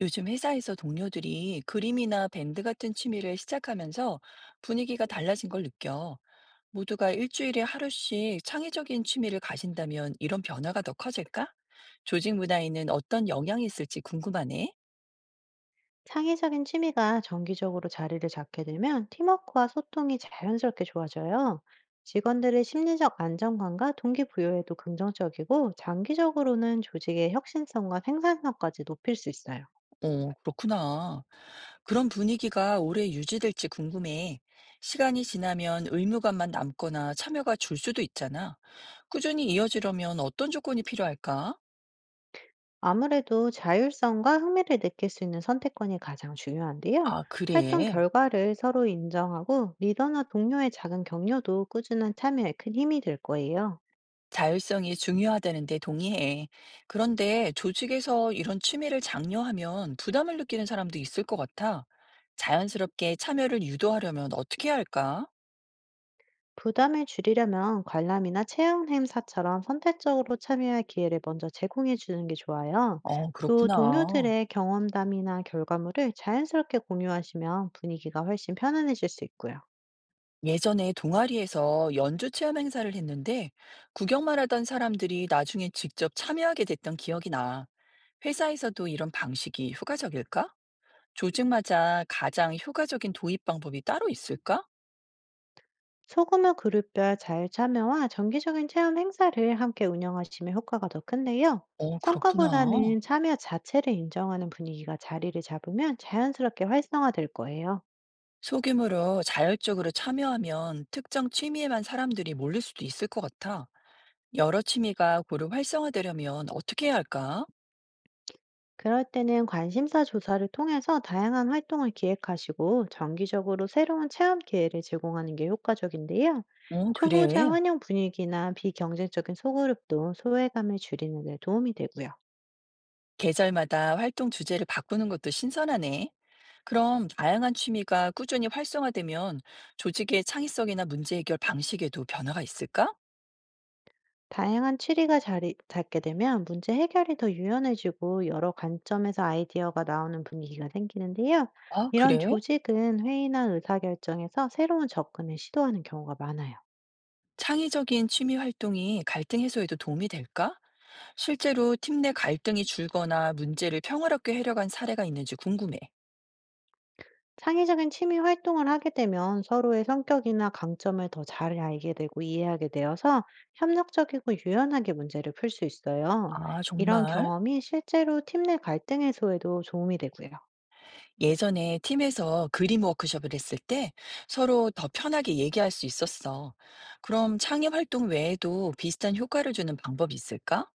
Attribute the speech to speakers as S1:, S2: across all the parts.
S1: 요즘 회사에서 동료들이 그림이나 밴드 같은 취미를 시작하면서 분위기가 달라진 걸 느껴. 모두가 일주일에 하루씩 창의적인 취미를 가진다면 이런 변화가 더 커질까? 조직 문화에는 어떤 영향이 있을지 궁금하네.
S2: 창의적인 취미가 정기적으로 자리를 잡게 되면 팀워크와 소통이 자연스럽게 좋아져요. 직원들의 심리적 안정감과 동기부여에도 긍정적이고, 장기적으로는 조직의 혁신성과 생산성까지 높일 수 있어요.
S1: 어, 그렇구나. 그런 분위기가 오래 유지될지 궁금해. 시간이 지나면 의무감만 남거나 참여가 줄 수도 있잖아. 꾸준히 이어지려면 어떤 조건이 필요할까?
S2: 아무래도 자율성과 흥미를 느낄 수 있는 선택권이 가장 중요한데요.
S1: 아,
S2: 활동
S1: 그래.
S2: 결과를 서로 인정하고, 리더나 동료의 작은 격려도 꾸준한 참여에 큰 힘이 될 거예요.
S1: 자율성이 중요하다는 데 동의해. 그런데 조직에서 이런 취미를 장려하면 부담을 느끼는 사람도 있을 것 같아. 자연스럽게 참여를 유도하려면 어떻게 해야 할까?
S2: 부담을 줄이려면 관람이나 체험 행사처럼 선택적으로 참여할 기회를 먼저 제공해 주는 게 좋아요.
S1: 어,
S2: 또
S1: 그렇구나.
S2: 동료들의 경험담이나 결과물을 자연스럽게 공유하시면 분위기가 훨씬 편안해질 수 있고요.
S1: 예전에 동아리에서 연주 체험 행사를 했는데 구경만 하던 사람들이 나중에 직접 참여하게 됐던 기억이 나. 회사에서도 이런 방식이 효과적일까? 조직마다 가장 효과적인 도입 방법이 따로 있을까?
S2: 소규모 그룹별 자율 참여와 정기적인 체험 행사를 함께 운영하시면 효과가 더 큰데요.
S1: 어, 그렇구나.
S2: 성과보다는 참여 자체를 인정하는 분위기가 자리를 잡으면 자연스럽게 활성화될 거예요.
S1: 소규모로 자율적으로 참여하면 특정 취미에만 사람들이 몰릴 수도 있을 것 같아. 여러 취미가 고루 활성화되려면 어떻게 해야 할까?
S2: 그럴 때는 관심사 조사를 통해서 다양한 활동을 기획하시고, 정기적으로 새로운 체험 기회를 제공하는 게 효과적인데요.
S1: 어,
S2: 초보자
S1: 그래.
S2: 환영 분위기나 비경쟁적인 소그룹도 소외감을 줄이는 데 도움이 되고요.
S1: 계절마다 활동 주제를 바꾸는 것도 신선하네. 그럼 다양한 취미가 꾸준히 활성화되면 조직의 창의성이나 문제 해결 방식에도 변화가 있을까?
S2: 다양한 취미가 자리 잡게 되면 문제 해결이 더 유연해지고, 여러 관점에서 아이디어가 나오는 분위기가 생기는데요.
S1: 아,
S2: 이런
S1: 그래?
S2: 조직은 회의나 의사결정에서 새로운 접근을 시도하는 경우가 많아요.
S1: 창의적인 취미 활동이 갈등 해소에도 도움이 될까? 실제로 팀 내 갈등이 줄거나 문제를 평화롭게 해결한 사례가 있는지 궁금해.
S2: 창의적인 취미 활동을 하게 되면 서로의 성격이나 강점을 더 잘 알게 되고 이해하게 되어서, 협력적이고 유연하게 문제를 풀 수 있어요.
S1: 아
S2: 이런
S1: 정말?
S2: 경험이 실제로 팀 내 갈등 해소에도 도움이 되고요.
S1: 예전에 팀에서 그림 워크숍을 했을 때 서로 더 편하게 얘기할 수 있었어. 그럼 창의 활동 외에도 비슷한 효과를 주는 방법이 있을까?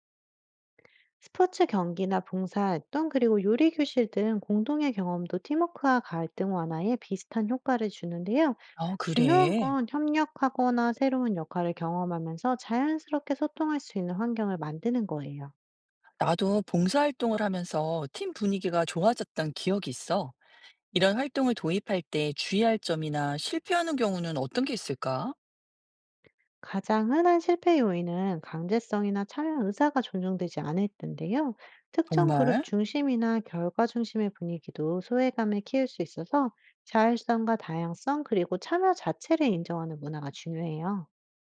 S2: 스포츠 경기나 봉사활동, 그리고 요리 교실 등 공동의 경험도 팀워크와 갈등 완화에 비슷한 효과를 주는데요.
S1: 아,
S2: 중요한
S1: 그래.
S2: 건 협력하거나 새로운 역할을 경험하면서 자연스럽게 소통할 수 있는 환경을 만드는 거예요.
S1: 나도 봉사활동을 하면서 팀 분위기가 좋아졌던 기억이 있어. 이런 활동을 도입할 때 주의할 점이나 실패하는 경우는 어떤 게 있을까?
S2: 가장 흔한 실패 요인은 강제성이나 참여 의사가 존중되지 않을 텐데요. 특정 그룹
S1: 정말?
S2: 중심이나 결과 중심의 분위기도 소외감을 키울 수 있어서, 자율성과 다양성, 그리고 참여 자체를 인정하는 문화가 중요해요.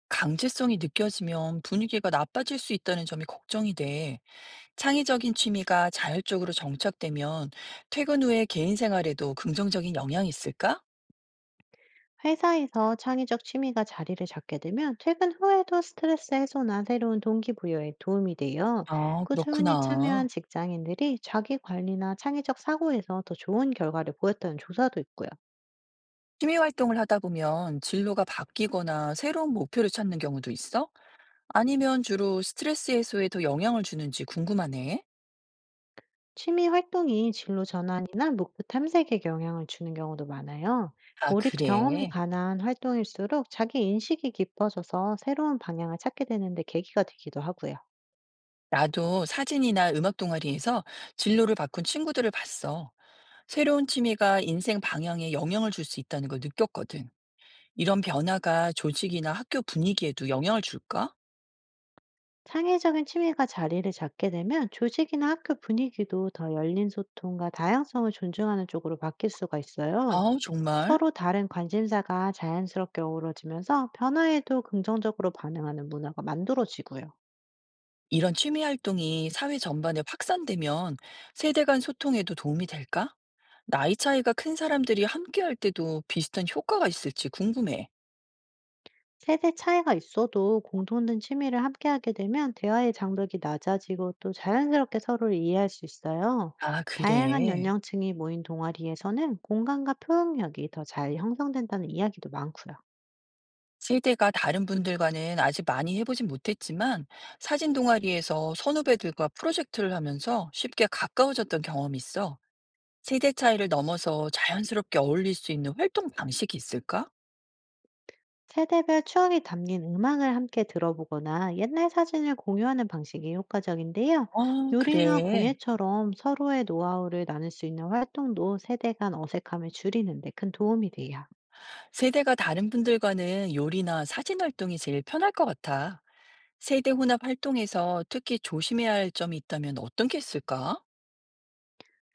S1: 강제성이 느껴지면 분위기가 나빠질 수 있다는 점이 걱정이 돼. 창의적인 취미가 자율적으로 정착되면 퇴근 후에 개인 생활에도 긍정적인 영향이 있을까?
S2: 회사에서 창의적 취미가 자리를 잡게 되면 퇴근 후에도 스트레스 해소나 새로운 동기부여에 도움이 돼요.
S1: 아,
S2: 꾸준히
S1: 그렇구나.
S2: 참여한 직장인들이 자기 관리나 창의적 사고에서 더 좋은 결과를 보였다는 조사도 있고요.
S1: 취미 활동을 하다 보면 진로가 바뀌거나 새로운 목표를 찾는 경우도 있어? 아니면 주로 스트레스 해소에 더 영향을 주는지 궁금하네.
S2: 취미 활동이 진로 전환이나 목표 탐색에 영향을 주는 경우도 많아요.
S1: 아,
S2: 몰입 경험이
S1: 그래.
S2: 가난 활동일수록 자기 인식이 깊어져서 새로운 방향을 찾게 되는데 계기가 되기도 하고요.
S1: 나도 사진이나 음악 동아리에서 진로를 바꾼 친구들을 봤어. 새로운 취미가 인생 방향에 영향을 줄 수 있다는 걸 느꼈거든. 이런 변화가 조직이나 학교 분위기에도 영향을 줄까?
S2: 창의적인 취미가 자리를 잡게 되면 조직이나 학교 분위기도 더 열린 소통과 다양성을 존중하는 쪽으로 바뀔 수가 있어요.
S1: 아 정말?
S2: 서로 다른 관심사가 자연스럽게 어우러지면서 변화에도 긍정적으로 반응하는 문화가 만들어지고요.
S1: 이런 취미 활동이 사회 전반에 확산되면 세대 간 소통에도 도움이 될까? 나이 차이가 큰 사람들이 함께 할 때도 비슷한 효과가 있을지 궁금해.
S2: 세대 차이가 있어도 공통된 취미를 함께하게 되면 대화의 장벽이 낮아지고, 또 자연스럽게 서로를 이해할 수 있어요.
S1: 아,
S2: 다양한
S1: 그래.
S2: 연령층이 모인 동아리에서는 공간과 표현력이 더 잘 형성된다는 이야기도 많고요.
S1: 세대가 다른 분들과는 아직 많이 해보진 못했지만 사진 동아리에서 선후배들과 프로젝트를 하면서 쉽게 가까워졌던 경험이 있어. 세대 차이를 넘어서 자연스럽게 어울릴 수 있는 활동 방식이 있을까?
S2: 세대별 추억이 담긴 음악을 함께 들어보거나 옛날 사진을 공유하는 방식이 효과적인데요.
S1: 아,
S2: 요리나
S1: 그래.
S2: 공예처럼 서로의 노하우를 나눌 수 있는 활동도 세대 간 어색함을 줄이는 데 큰 도움이 돼요.
S1: 세대가 다른 분들과는 요리나 사진 활동이 제일 편할 것 같아. 세대 혼합 활동에서 특히 조심해야 할 점이 있다면 어떤 게 있을까?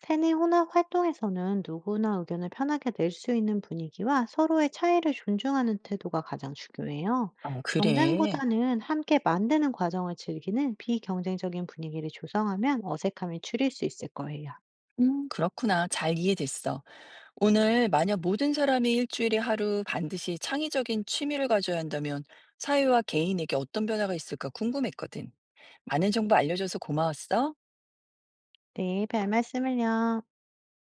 S2: 세뇌 혼합 활동에서는 누구나 의견을 편하게 낼 수 있는 분위기와 서로의 차이를 존중하는 태도가 가장 중요해요.
S1: 아, 그래.
S2: 경쟁보다는 함께 만드는 과정을 즐기는 비경쟁적인 분위기를 조성하면 어색함이 줄일 수 있을 거예요.
S1: 그렇구나. 잘 이해됐어. 오늘 만약 모든 사람이 일주일에 하루 반드시 창의적인 취미를 가져야 한다면 사회와 개인에게 어떤 변화가 있을까 궁금했거든. 많은 정보 알려줘서 고마웠어.
S2: 네, 별 말씀을요.